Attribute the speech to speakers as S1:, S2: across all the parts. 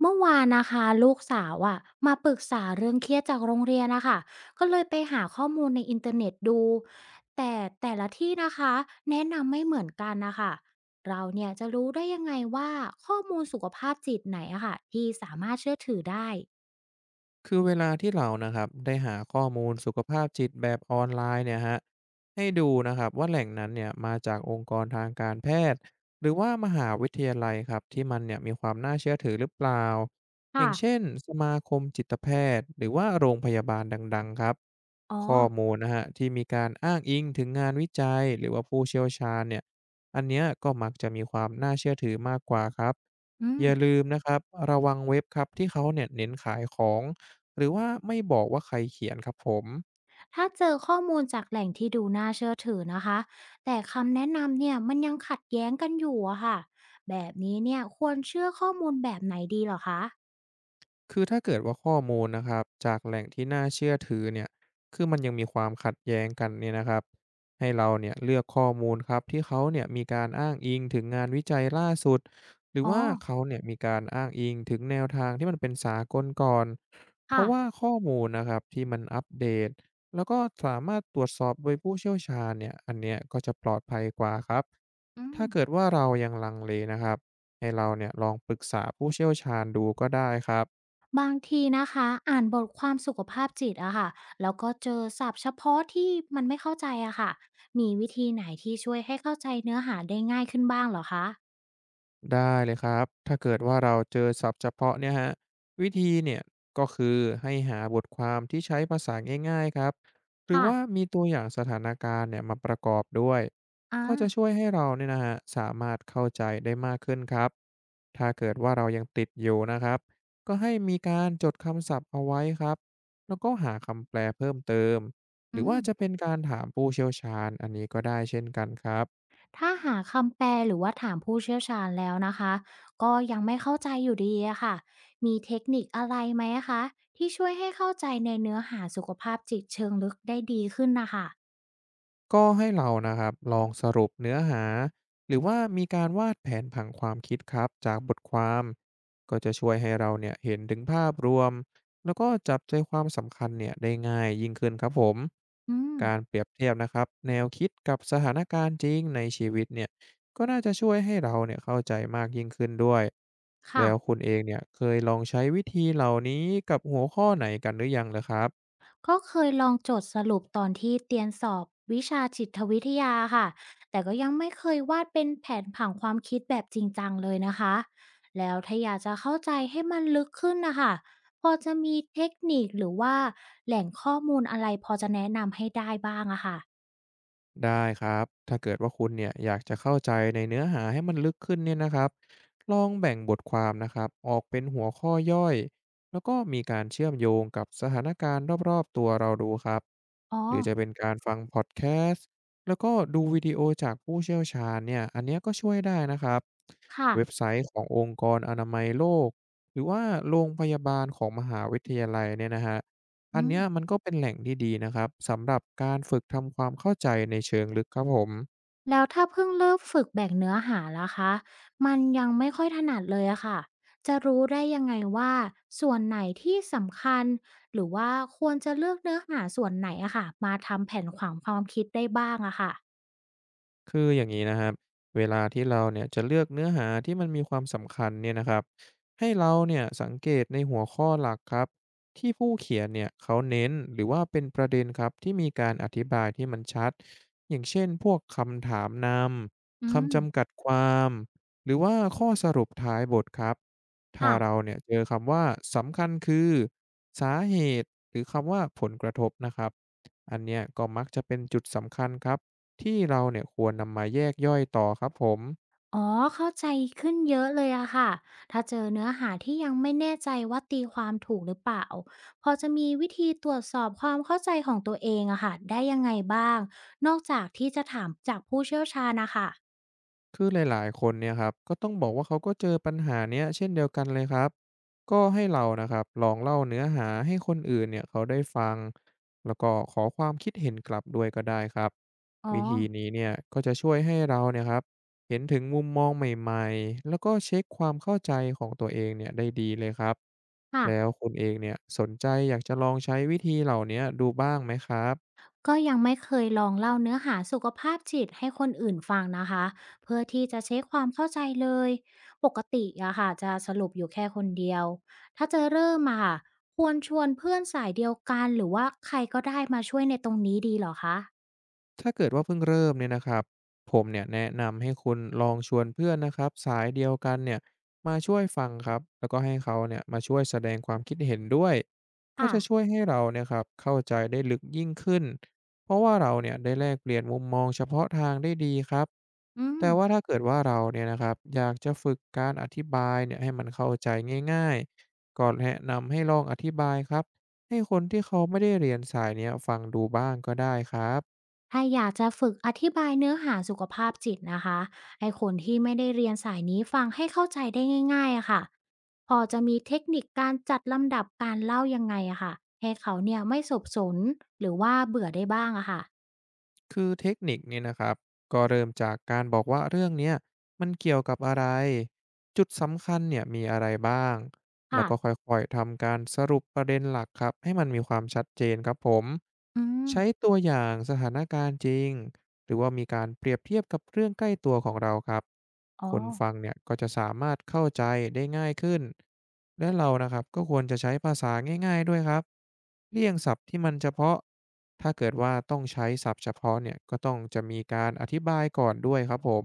S1: เมื่อวานนะคะลูกสาวอะมาปรึกษาเรื่องเครียดจากโรงเรียนนะคะก็เลยไปหาข้อมูลในอินเทอร์เน็ตดูแต่แต่ละที่นะคะแนะนำไม่เหมือนกันนะคะเราเนี่ยจะรู้ได้ยังไงว่าข้อมูลสุขภาพจิตไหนอะค่ะที่สามารถเชื่อถือได้
S2: คือเวลาที่เรานะครับได้หาข้อมูลสุขภาพจิตแบบออนไลน์เนี่ยฮะให้ดูนะครับว่าแหล่งนั้นเนี่ยมาจากองค์กรทางการแพทย์หรือว่ามหาวิทยาลัยครับที่มันเนี่ยมีความน่าเชื่อถือหรือเปล่าอ
S1: ค่ะ
S2: ย่างเช่นสมาคมจิตแพทย์หรือว่าโรงพยาบาลดังๆครับ
S1: อ๋อ
S2: ข้อมูลนะฮะที่มีการอ้างอิงถึงงานวิจัยหรือว่าผู้เชี่ยวชาญเนี่ยอันเนี้ยก็มักจะมีความน่าเชื่อถือมากกว่าครับ
S1: อืม
S2: อย่าลืมนะครับระวังเว็บครับที่เขาเนี่ยเน้นขายของ หรือว่าไม่บอกว่าใครเขียนครับผม
S1: ถ้าเจอข้อมูลจากแหล่งที่ดูน่าเชื่อถือนะคะแต่คำแนะนำเนี่ยมันยังขัดแย้งกันอยู่อะค่ะแบบนี้เนี่ยควรเชื่อข้อมูลแบบไหนดีเหรอคะ
S2: คือถ้าเกิดว่าข้อมูลนะครับจากแหล่งที่น่าเชื่อถือเนี่ยคือมันยังมีความขัดแย้งกันเนี่ยนะครับให้เราเนี่ยเลือกข้อมูลครับที่เขาเนี่ยมีการอ้างอิงถึงงานวิจัยล่าสุด หรือ
S1: อ๋อ
S2: ว่าเขาเนี่ยมีการอ้างอิงถึงแนวทางที่มันเป็นสากลก่อนเพ
S1: ค่ะ
S2: ราะว่าข้อมูลนะครับที่มันอัปเดตแล้วก็สามารถตรวจสอบโดยผู้เชี่ยวชาญเนี่ยอันเนี้ยก็จะปลอดภัยกว่าครับ
S1: อืม
S2: ถ้าเกิดว่าเรายังลังเลนะครับให้เราเนี่ยลองปรึกษาผู้เชี่ยวชาญดูก็ได้ครับ
S1: บางทีนะคะอ่านบทความสุขภาพจิตอะค่ะแล้วก็เจอศัพท์เฉพาะที่มันไม่เข้าใจอะค่ะมีวิธีไหนที่ช่วยให้เข้าใจเนื้อหาได้ง่ายขึ้นบ้างเหรอคะ
S2: ได้เลยครับถ้าเกิดว่าเราเจอศัพท์เฉพาะเนี่ยฮะวิธีเนี่ยก็คือให้หาบทความที่ใช้ภาษาง่ายๆครับหรือว่า
S1: ค่ะ
S2: มีตัวอย่างสถานการณ์เนี่ยมาประกอบด้วย
S1: อ่า
S2: ก็จะช่วยให้เราเนี่ยนะฮะสามารถเข้าใจได้มากขึ้นครับถ้าเกิดว่าเรายังติดอยู่นะครับก็ให้มีการจดคำศัพท์เอาไว้ครับแล้วก็หาคำแปลเพิ่มเติมห
S1: อื
S2: รือว่า
S1: ม
S2: จะเป็นการถามผู้เชี่ยวชาญอันนี้ก็ได้เช่นกันครับ
S1: ถ้าหาคำแปลหรือว่าถามผู้เชี่ยวชาญแล้วนะคะก็ยังไม่เข้าใจอยู่ดีอะค่ะมีเทคนิคอะไรไหมอะคะที่ช่วยให้เข้าใจในเนื้อหาสุขภาพจิตเชิงลึกได้ดีขึ้นนะคะ
S2: ก็ให้เรานะครับลองสรุปเนื้อหาหรือว่ามีการวาดแผนผังความคิดครับจากบทความก็จะช่วยให้เราเนี่ยเห็นถึงภาพรวมแล้วก็จับใจความสำคัญเนี่ยได้ง่ายยิ่งขึ้นครับผม
S1: อืม
S2: การเปรียบเทียบนะครับแนวคิดกับสถานการณ์จริงในชีวิตเนี่ยก็น่าจะช่วยให้เราเนี่ยเข้าใจมากยิ่งขึ้นด้วยแล้ว
S1: ค่ะ
S2: คุณเองเนี่ยเคยลองใช้วิธีเหล่านี้กับหัวข้อไหนกันหรือยังเหรครับ
S1: ก็เคยลองจดสรุปตอนที่เตรียมสอบวิชาจิตวิทยาค่ะแต่ก็ยังไม่เคยวาดเป็นแผนผังความคิดแบบจริงจังเลยนะคะแล้วถ้าอยากจะเข้าใจให้มันลึกขึ้นนะคะพอจะมีเทคนิคหรือว่าแหล่งข้อมูลอะไรพอจะแนะนำให้ได้บ้างอะค่ะ
S2: ได้ครับ ถ้าเกิดว่าคุณเนี่ยอยากจะเข้าใจในเนื้อหาให้มันลึกขึ้นเนี่ยนะครับลองแบ่งบทความนะครับออกเป็นหัวข้อย่อยแล้วก็มีการเชื่อมโยงกับสถานการณ์รอบๆตัวเราดูครับ
S1: อ๋อ
S2: หรือจะเป็นการฟังพอดแคสต์แล้วก็ดูวิดีโอจากผู้เชี่ยวชาญเนี่ยอันเนี้ยก็ช่วยได้นะครับ
S1: ค่ะ
S2: เว็บไซต์ขององค์กรอนามัยโลกหรือว่าโรงพยาบาลของมหาวิทยาลัยเนี่ยนะฮะ อัน
S1: อื
S2: เนี้ยมัน
S1: ม
S2: ก็เป็นแหล่งที่ดีนะครับสำหรับการฝึกทำความเข้าใจในเชิงลึกครับผม
S1: แล้วถ้าเพิ่งเริ่มฝึกแบ่งเนื้อหาล่ะคะมันยังไม่ค่อยถนัดเลยอะค่ะจะรู้ได้ยังไงว่าส่วนไหนที่สำคัญหรือว่าควรจะเลือกเนื้อหาส่วนไหนอะค่ะมาทำแผนขวางความคิดได้บ้างอะค่ะ
S2: คืออย่างนี้นะครับเวลาที่เราเนี่ยจะเลือกเนื้อหาที่มันมีความสำคัญเนี่ยนะครับให้เราเนี่ยสังเกตในหัวข้อหลักครับที่ผู้เขียนเนี่ยเขาเน้นหรือว่าเป็นประเด็นครับที่มีการอธิบายที่มันชัดอย่างเช่นพวกคำถามน
S1: อื
S2: ำ
S1: ม
S2: คำจำกัดความหรือว่าข้อสรุปท้ายบทครับถ้าเรา
S1: ค่ะ
S2: เนี่ยเจอคำว่าสำคัญคือสาเหตุหรือคำว่าผลกระทบนะครับอันเนี้ยก็มักจะเป็นจุดสำคัญครับ ที่เราเนี่ยควรนำมาแยกย่อยต่อครับผม
S1: อ๋อเข้าใจขึ้นเยอะเลยอะค่ะถ้าเจอเนื้อหาที่ยังไม่แน่ใจว่าตีความถูกหรือเปล่าพอจะมีวิธีตรวจสอบความเข้าใจของตัวเองอะค่ะได้ยังไงบ้างนอกจากที่จะถามจากผู้เชี่ยวชาญนะคะ
S2: คือหลายๆคนเนี่ยครับก็ต้องบอกว่าเขาก็เจอปัญหาเนี้ยเช่นเดียวกันเลยครับก็ให้เรานะครับลองเล่าเนื้อหาให้คนอื่นเนี่ยเขาได้ฟังแล้วก็ขอความคิดเห็นกลับด้วยก็ได้ครับ
S1: อ๋อ
S2: วิธีนี้เนี่ยก็จะช่วยให้เราเนี่ยครับเห็นถึงมุมมองใหม่ๆแล้วก็เช็คความเข้าใจของตัวเองเนี่ยได้ดีเลยครับ
S1: ค่ะ
S2: แล้วคุณเองเนี่ยสนใจอยากจะลองใช้วิธีเหล่านี้ดูบ้างไหมครับ
S1: ก็ยังไม่เคยลองเล่าเนื้อหาสุขภาพจิตให้คนอื่นฟังนะคะเพื่อที่จะเช็คความเข้าใจเลยปกติอะค่ะจะสรุปอยู่แค่คนเดียวถ้าจะเริ่มอะค่ะควรชวนเพื่อนสายเดียวกันหรือว่าใครก็ได้มาช่วยในตรงนี้ดีเหรอคะ
S2: ถ้าเกิดว่าเพิ่งเริ่มเนี่ยนะครับผมเนี่ยแนะนำให้คุณลองชวนเพื่อนนะครับสายเดียวกันเนี่ยมาช่วยฟังครับแล้วก็ให้เขาเนี่ยมาช่วยแสดงความคิดเห็นด้วยก็
S1: ค่ะ
S2: จะช่วยให้เราเนี่ยครับเข้าใจได้ลึกยิ่งขึ้นเพราะว่าเราเนี่ยได้แลกเปลี่ยนมุมมองเฉพาะทางได้ดีครับ
S1: อืม
S2: แต่ว่าถ้าเกิดว่าเราเนี่ยนะครับอยากจะฝึกการอธิบายเนี่ยให้มันเข้าใจง่ายๆก็แนะนำให้ลองอธิบายครับให้คนที่เขาไม่ได้เรียนสายเนี้ยฟังดูบ้างก็ได้ครับ
S1: ถ้าอยากจะฝึกอธิบายเนื้อหาสุขภาพจิตนะคะให้คนที่ไม่ได้เรียนสายนี้ฟังให้เข้าใจได้ง่ายๆอะค่ะพอจะมีเทคนิคการจัดลำดับการเล่ายังไงอะค่ะให้เขาเนี่ยไม่สับสนหรือว่าเบื่อได้บ้างอะค่ะ
S2: คือเทคนิคเนี่ยนะครับก็เริ่มจากการบอกว่าเรื่องเนี้ยมันเกี่ยวกับอะไรจุดสำคัญเนี่ยมีอะไรบ้างแล้
S1: ค่ะ
S2: วก็ค่อยๆทำการสรุปประเด็นหลักครับให้มันมีความชัดเจนครับผม
S1: อืม
S2: ใช้ตัวอย่างสถานการณ์จริง หรือว่ามีการเปรียบเทียบกับเรื่องใกล้ตัวของเราครับ
S1: อ๋อ
S2: คนฟังเนี่ยก็จะสามารถเข้าใจได้ง่ายขึ้นและเรานะครับก็ควรจะใช้ภาษาง่ายๆด้วยครับเลี่ยงศัพท์ที่มันเฉพาะถ้าเกิดว่าต้องใช้ศัพท์เฉพาะเนี่ยก็ต้องจะมีการอธิบายก่อนด้วยครับผม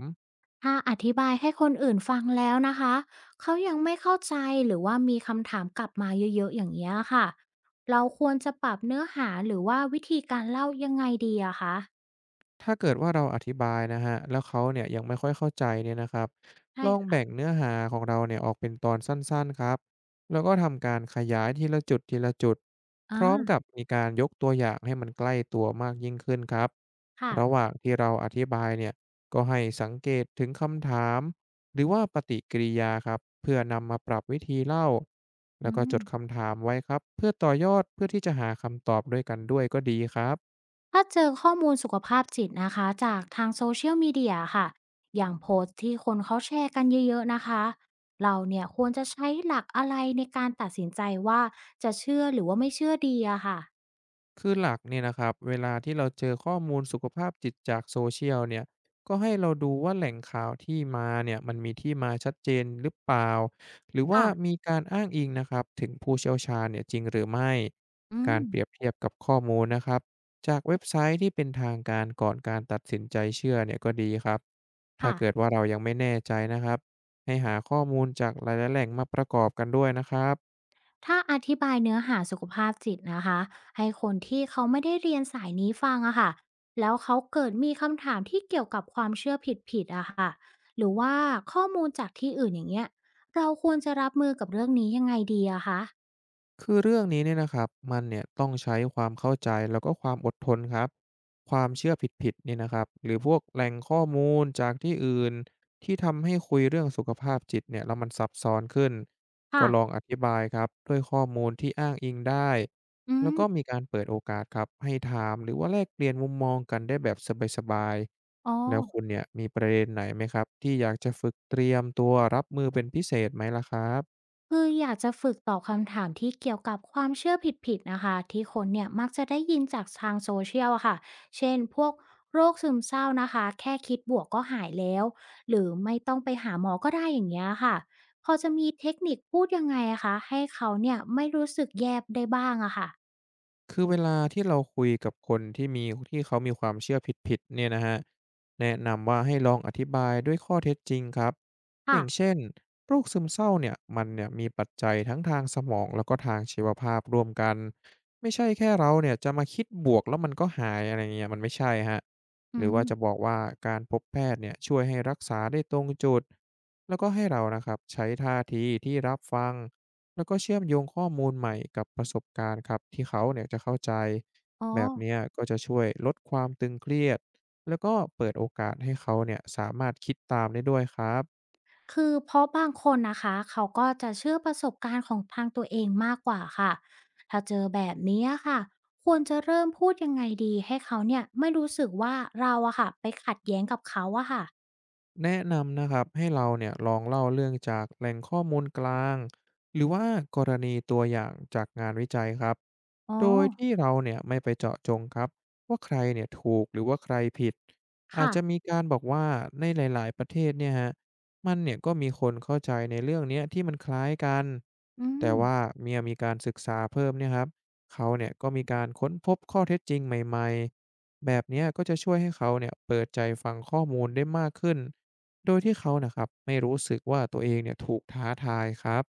S1: ถ้าอธิบายให้คนอื่นฟังแล้วนะคะเขายังไม่เข้าใจหรือว่ามีคำถามกลับมาเยอะๆอย่างเงี้ยค่ะเราควรจะปรับเนื้อหาหรือว่าวิธีการเล่ายังไงดีอะคะ
S2: ถ้าเกิดว่าเราอธิบายนะฮะแล้วเขาเนี่ยยังไม่ค่อยเข้าใจเนี่ยนะครับ
S1: ใช่
S2: ลอง
S1: ค่ะ
S2: แบ่งเนื้อหาของเราเนี่ยออกเป็นตอนสั้นๆครับแล้วก็ทำการขยายทีละจุดพ
S1: อ่
S2: ร้อม
S1: า
S2: กับมีการยกตัวอย่างให้มันใกล้ตัวมากยิ่งขึ้นครับ
S1: ค่ะ
S2: ระหว่างที่เราอธิบายเนี่ยก็ให้สังเกตถึงคำถามหรือว่าปฏิกิริยาครับเพื่อนำมาปรับวิธีเล่าแล้
S1: อื
S2: วก็จ
S1: ม
S2: ดคำถามไว้ครับเพื่อต่อยอดเพื่อที่จะหาคำตอบด้วยกันด้วยก็ดีครับ
S1: ถ้าเจอข้อมูลสุขภาพจิตนะคะจากทางโซเชียลมีเดียค่ะอย่างโพสต์ที่คนเขาแชร์กันเยอะๆนะคะเราเนี่ยควรจะใช้หลักอะไรในการตัดสินใจว่าจะเชื่อหรือว่าไม่เชื่อดีอะค่ะ
S2: คือหลักเนี่ยนะครับเวลาที่เราเจอข้อมูลสุขภาพจิตจากโซเชียลเนี่ยก็ให้เราดูว่าแหล่งข่าวที่มาเนี่ยมันมีที่มาชัดเจนหรือเปล่าหรือว่า
S1: ค่ะ
S2: มีการอ้างอิงนะครับถึงผู้เชี่ยวชาญเนี่ยจริงหรือไม่
S1: อื
S2: กา
S1: ม
S2: รเปรียบเทียบกับข้อมูลนะครับจากเว็บไซต์ที่เป็นทางการก่อนการตัดสินใจเชื่อเนี่ยก็ดีครับถ้า
S1: ค่ะ
S2: เกิดว่าเรายังไม่แน่ใจนะครับให้หาข้อมูลจากหลายๆแหล่งมาประกอบกันด้วยนะครับ
S1: ถ้าอธิบายเนื้อหาสุขภาพจิตนะคะให้คนที่เขาไม่ได้เรียนสายนี้ฟังอะค่ะแล้วเขาเกิดมีคำถามที่เกี่ยวกับความเชื่อผิดๆอะค่ะหรือว่าข้อมูลจากที่อื่นอย่างเงี้ยเราควรจะรับมือกับเรื่องนี้ยังไงดีอะคะ
S2: คือเรื่องนี้เนี่ยนะครับมันเนี่ยต้องใช้ความเข้าใจแล้วก็ความอดทนครับความเชื่อผิดๆเนี่ยนะครับหรือพวกแหล่งข้อมูลจากที่อื่นที่ทำให้คุยเรื่องสุขภาพจิตเนี่ยแล้วมันซับซ้อนขึ้นก็
S1: ค่ะ
S2: ลองอธิบายครับด้วยข้อมูลที่อ้างอิงได้
S1: อื
S2: แล้วก็
S1: ม
S2: มีการเปิดโอกาสครับให้ถามหรือว่าแลกเปลี่ยนมุมมองกันได้แบบสบาย
S1: อ๋อ
S2: ๆแล้วคุณเนี่ยมีประเด็นไหนไหมครับที่อยากจะฝึกเตรียมตัวรับมือเป็นพิเศษไหมล่ะครับ
S1: คืออยากจะฝึกตอบคำถามที่เกี่ยวกับความเชื่อผิดๆนะคะที่คนเนี่ยมักจะได้ยินจากทางโซเชียลอะค่ะเช่นพวกโรคซึมเศร้านะคะแค่คิดบวกก็หายแล้วหรือไม่ต้องไปหาหมอก็ได้อย่างเงี้ยค่ะพอจะมีเทคนิคพูดยังไงอะคะให้เขาเนี่ยไม่รู้สึกแยบได้บ้างอะค่ะ
S2: คือเวลาที่เราคุยกับคนที่เขามีความเชื่อผิดๆเนี่ยนะฮะแนะนำว่าให้ลองอธิบายด้วยข้อเท็จจริงครับอ
S1: ค่ะ
S2: ย่างเช่นโรคซึมเศร้าเนี่ยมันเนี่ยมีปัจจัยทั้งทางสมองแล้วก็ทางชีวภาพร่วมกันไม่ใช่แค่เราเนี่ยจะมาคิดบวกแล้วมันก็หายอะไรเงี้ยมันไม่ใช่ฮะห
S1: อื
S2: รือ
S1: ม
S2: ว่าจะบอกว่าการพบแพทย์เนี่ยช่วยให้รักษาได้ตรงจุดแล้วก็ให้เรานะครับใช้ท่าทีที่รับฟัง แล้วก็เชื่อมโยงข้อมูลใหม่กับประสบการณ์ครับที่เขาเนี่ยจะเข้าใจ
S1: อ๋อ
S2: แบบเนี้ยก็จะช่วยลดความตึงเครียดแล้วก็เปิดโอกาสให้เขาเนี่ยสามารถคิดตามได้ด้วยครับ
S1: คือเพราะบางคนนะคะเขาก็จะเชื่อประสบการณ์ของทางตัวเองมากกว่าค่ะถ้าเจอแบบนี้ค่ะควรจะเริ่มพูดยังไงดีให้เขาเนี่ยไม่รู้สึกว่าเราอะค่ะไปขัดแย้งกับเขาอะค่ะ
S2: แนะนำนะครับให้เราเนี่ยลองเล่าเรื่องจากแหล่งข้อมูลกลางหรือว่ากรณีตัวอย่างจากงานวิจัยครับ
S1: อ๋อ
S2: โดยที่เราเนี่ยไม่ไปเจาะจงครับว่าใครเนี่ยถูกหรือว่าใครผิดอาจ
S1: ค่ะ
S2: จะมีการบอกว่าในหลายๆประเทศเนี่ยฮะมันเนี่ยก็มีคนเข้าใจในเรื่องเนี้ยที่มันคล้ายกัน
S1: อื
S2: แต่
S1: ม
S2: ว่าเมียมีการศึกษาเพิ่มเนี่ยครับเขาเนี่ยก็มีการค้นพบข้อเท็จจริงใหม่ๆแบบเนี้ยก็จะช่วยให้เขาเนี่ยเปิดใจฟังข้อมูลได้มากขึ้น โดยที่เขานะครับไม่รู้สึกว่าตัวเองเนี่ยถูกท้าทายครับ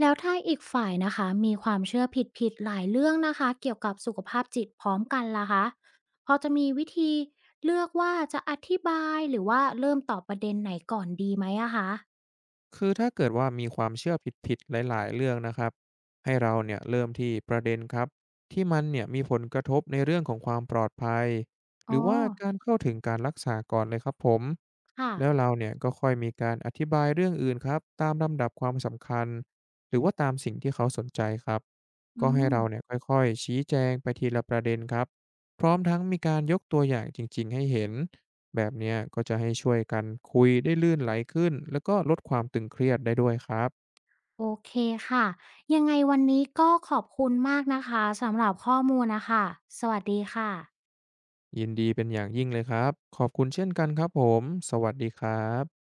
S1: แล้วถ้าอีกฝ่ายนะคะมีความเชื่อผิดๆหลายเรื่องนะคะเกี่ยวกับสุขภาพจิตพร้อมกันล่ะคะพอจะมีวิธีเลือกว่าจะอธิบายหรือว่าเริ่มตอบประเด็นไหนก่อนดีไหมอะคะ
S2: คือถ้าเกิดว่ามีความเชื่อผิดๆหลายๆเรื่องนะครับให้เราเนี่ยเริ่มที่ประเด็นครับที่มันเนี่ยมีผลกระทบในเรื่องของความปลอดภัยห
S1: อ๋อ
S2: รือว่าการเข้าถึงการรักษาก่อนเลยครับผม
S1: ค่ะ
S2: แล้วเราเนี่ยก็ค่อยมีการอธิบายเรื่องอื่นครับตามลำดับความสำคัญหรือว่าตามสิ่งที่เขาสนใจครับ
S1: อื
S2: ก็ให้เราเนี่ย
S1: ม
S2: ค่อยๆชี้แจงไปทีละประเด็นครับพร้อมทั้งมีการยกตัวอย่างจริงๆให้เห็น แบบเนี้ยก็จะให้ช่วยกันคุยได้ลื่นไหลขึ้นแล้วก็ลดความตึงเครียดได้ด้วยครับ
S1: โอเคค่ะยังไงวันนี้ก็ขอบคุณมากนะคะสำหรับข้อมูลนะคะสวัสดีค่ะ
S2: ยินดีเป็นอย่างยิ่งเลยครับขอบคุณเช่นกันครับผมสวัสดีครับ